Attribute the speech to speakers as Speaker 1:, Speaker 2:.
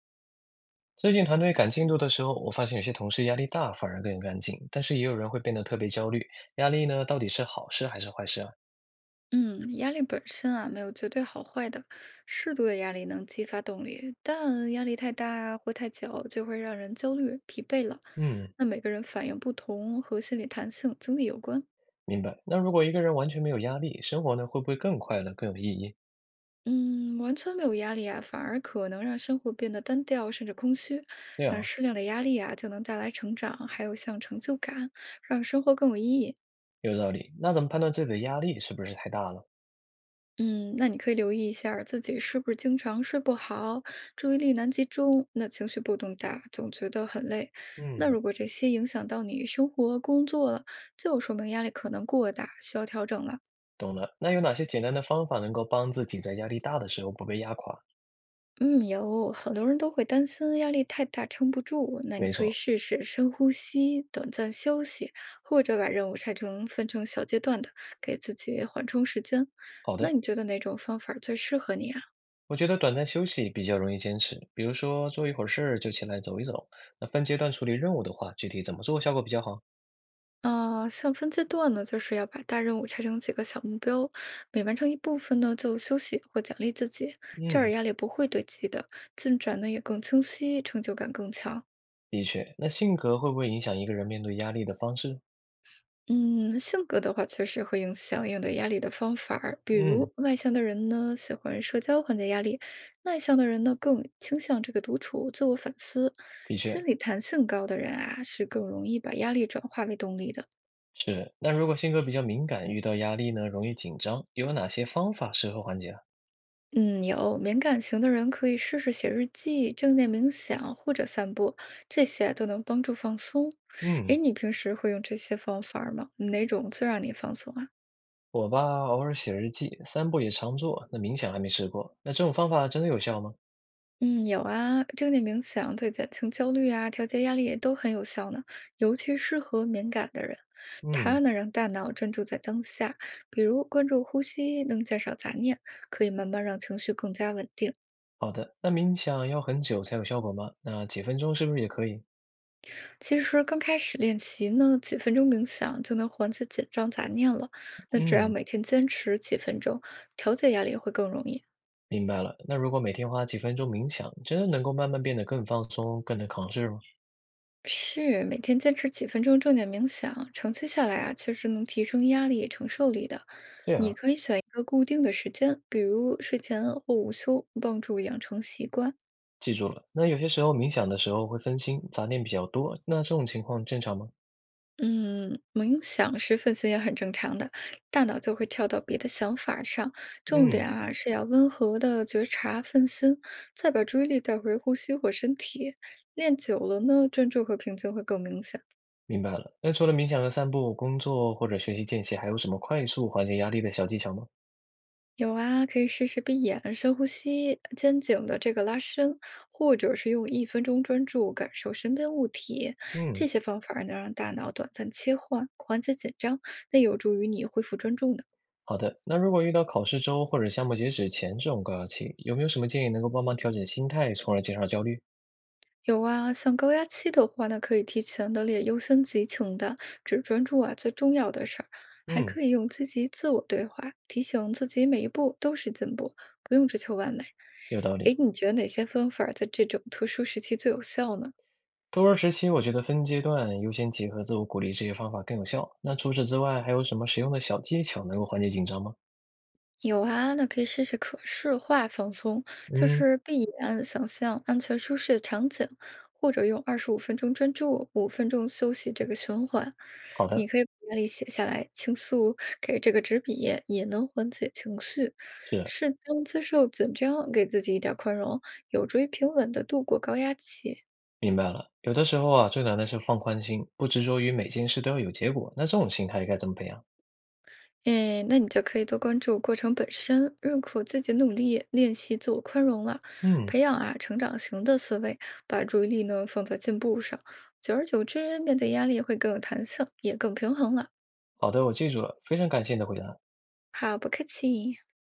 Speaker 1: 最近团队赶进度的时候，我发现有些同事压力大，反而更干劲，但是也有人会变得特别焦虑。压力呢，到底是好事还是坏事啊？
Speaker 2: 嗯，压力本身啊，没有绝对好坏的。适度的压力能激发动力，但压力太大啊或太久，就会让人焦虑、疲惫了。
Speaker 1: 嗯，
Speaker 2: 那每个人反应不同，和心理弹性、经历有关。
Speaker 1: 明白。那如果一个人完全没有压力，生活呢会不会更快乐、更有意义？
Speaker 2: 嗯，完全没有压力啊，反而可能让生活变得单调，甚至空虚。
Speaker 1: 对
Speaker 2: 那
Speaker 1: 啊，
Speaker 2: 适量的压力啊，就能带来成长，还有像成就感，让生活更有意义。
Speaker 1: 有道理。那怎么判断自己的压力是不是太大了？
Speaker 2: 嗯，那你可以留意一下儿自己是不是经常睡不好，注意力难集中，那情绪波动大，总觉得很累。那
Speaker 1: 嗯，
Speaker 2: 如果这些影响到你生活、工作了，就说明压力可能过大，需要调整了。
Speaker 1: 懂了。那有哪些简单的方法能够帮自己在压力大的时候不被压垮？
Speaker 2: 嗯，有很多人都会担心压力太大撑不住，那你
Speaker 1: 没
Speaker 2: 可以
Speaker 1: 错，
Speaker 2: 试试深呼吸、短暂休息，或者把任务拆成分成小阶段的，给自己缓冲时间。
Speaker 1: 好
Speaker 2: 那
Speaker 1: 的。
Speaker 2: 你觉得哪种方法最适合你啊？
Speaker 1: 我觉得短暂休息比较容易坚持，比如说做一会儿事儿就起来走一走。那分阶段处理任务的话，具体怎么做效果比较好？
Speaker 2: 啊，像分阶段呢，就是要把大任务拆成几个小目标，每完成一部分呢，就休息或奖励自己，这儿
Speaker 1: 嗯。
Speaker 2: 压力不会堆积的，进展呢也更清晰，成就感更强。
Speaker 1: 的确，那性格会不会影响一个人面对压力的方式？
Speaker 2: 嗯，性格的话确实会影响应对压力的方法儿，比
Speaker 1: 嗯，
Speaker 2: 如外向的人呢喜欢社交缓解压力，内向的人呢更倾向这个独处、自我反思。
Speaker 1: 的
Speaker 2: 心
Speaker 1: 确
Speaker 2: 理弹性高的人啊，是更容易把压力转化为动力的。
Speaker 1: 是。那如果性格比较敏感，遇到压力呢，容易紧张，有哪些方法适合缓解啊？
Speaker 2: 嗯，有敏感型的人可以试试写日记、正念冥想或者散步，这些都能帮助放松。诶，
Speaker 1: 嗯，
Speaker 2: 你平时会用这些方法儿吗？哪种最让你放松啊？
Speaker 1: 我吧，偶尔写日记，散步也常做，那冥想还没试过。那这种方法真的有效吗？
Speaker 2: 嗯，有啊，正念冥想对减轻焦虑啊、调节压力也都很有效呢，尤其适合敏感的人。它
Speaker 1: 嗯，
Speaker 2: 能让大脑专注在当下，比如关注呼吸，能减少杂念，可以慢慢让情绪更加稳定。
Speaker 1: 好的。那冥想要很久才有效果吗？那几分钟是不是也可以？
Speaker 2: 其实刚开始练习呢，几分钟冥想就能缓解紧张杂念了。那只要
Speaker 1: 嗯，
Speaker 2: 每天坚持几分钟，调节压力会更容易。
Speaker 1: 明白了。那如果每天花几分钟冥想，真的能够慢慢变得更放松，更能扛事吗？
Speaker 2: 是，每天坚持几分钟正念冥想，长期下来啊，确实能提升压力承受力的。
Speaker 1: 这样
Speaker 2: 你
Speaker 1: 啊。
Speaker 2: 可以选一个固定的时间，比如睡前或午休，帮助养成习惯。
Speaker 1: 记住了。那有些时候冥想的时候会分心，杂念比较多，那这种情况正常吗？
Speaker 2: 嗯，冥想时分心也很正常的，大脑就会跳到别的想法儿上。重点
Speaker 1: 嗯，
Speaker 2: 啊是要温和的觉察分心，再把注意力带回呼吸或身体。练久了呢，专注和平静会更明显。
Speaker 1: 明白了。那除了冥想和散步、工作或者学习间隙，还有什么快速缓解压力的小技巧吗？
Speaker 2: 有啊，可以试试闭眼深呼吸、肩颈的这个拉伸，或者是用1分钟专注感受身边物体。这
Speaker 1: 嗯，
Speaker 2: 些方法儿能让大脑短暂切换，缓解紧张，那有助于你恢复专注呢。
Speaker 1: 好的。那如果遇到考试周或者项目截止前这种高压期，有没有什么建议能够帮忙调整心态，从而减少焦虑？
Speaker 2: 有啊，像高压期的话呢，可以提前的列优先级清单，只专注啊最重要的事儿，还
Speaker 1: 嗯，
Speaker 2: 可以用积极自我对话，提醒自己每一步都是进步，不用追求完美。
Speaker 1: 有道
Speaker 2: 诶，
Speaker 1: 理。
Speaker 2: 你觉得哪些方法在这种特殊时期最有效呢？
Speaker 1: 多人时期，我觉得分阶段优先级和自我鼓励这些方法更有效。那除此之外，还有什么实用的小技巧能够缓解紧张吗？
Speaker 2: 有啊，那可以试试可视化放松，就
Speaker 1: 嗯，
Speaker 2: 是闭眼想象安全舒适的场景，或者用25分钟专注、五分钟休息这个循环。
Speaker 1: 好
Speaker 2: 你
Speaker 1: 的，
Speaker 2: 可以把压力写下来，倾诉给这个纸笔，也能缓解情绪。
Speaker 1: 是
Speaker 2: 适当接受紧张，给自己一点儿宽容，有助于平稳的度过高压期。
Speaker 1: 明白了，有的时候啊，最难的是放宽心，不执着于每件事都要有结果。那这种心态该怎么培养？
Speaker 2: 哎，那你就可以多关注过程本身，认可自己努力，练习自我宽容了，
Speaker 1: 嗯，
Speaker 2: 培养啊成长型的思维，把注意力呢放在进步上，久而久之，面对压力会更有弹性，也更平衡了。
Speaker 1: 好的，我记住了，非常感谢你的回答。
Speaker 2: 好，不客气。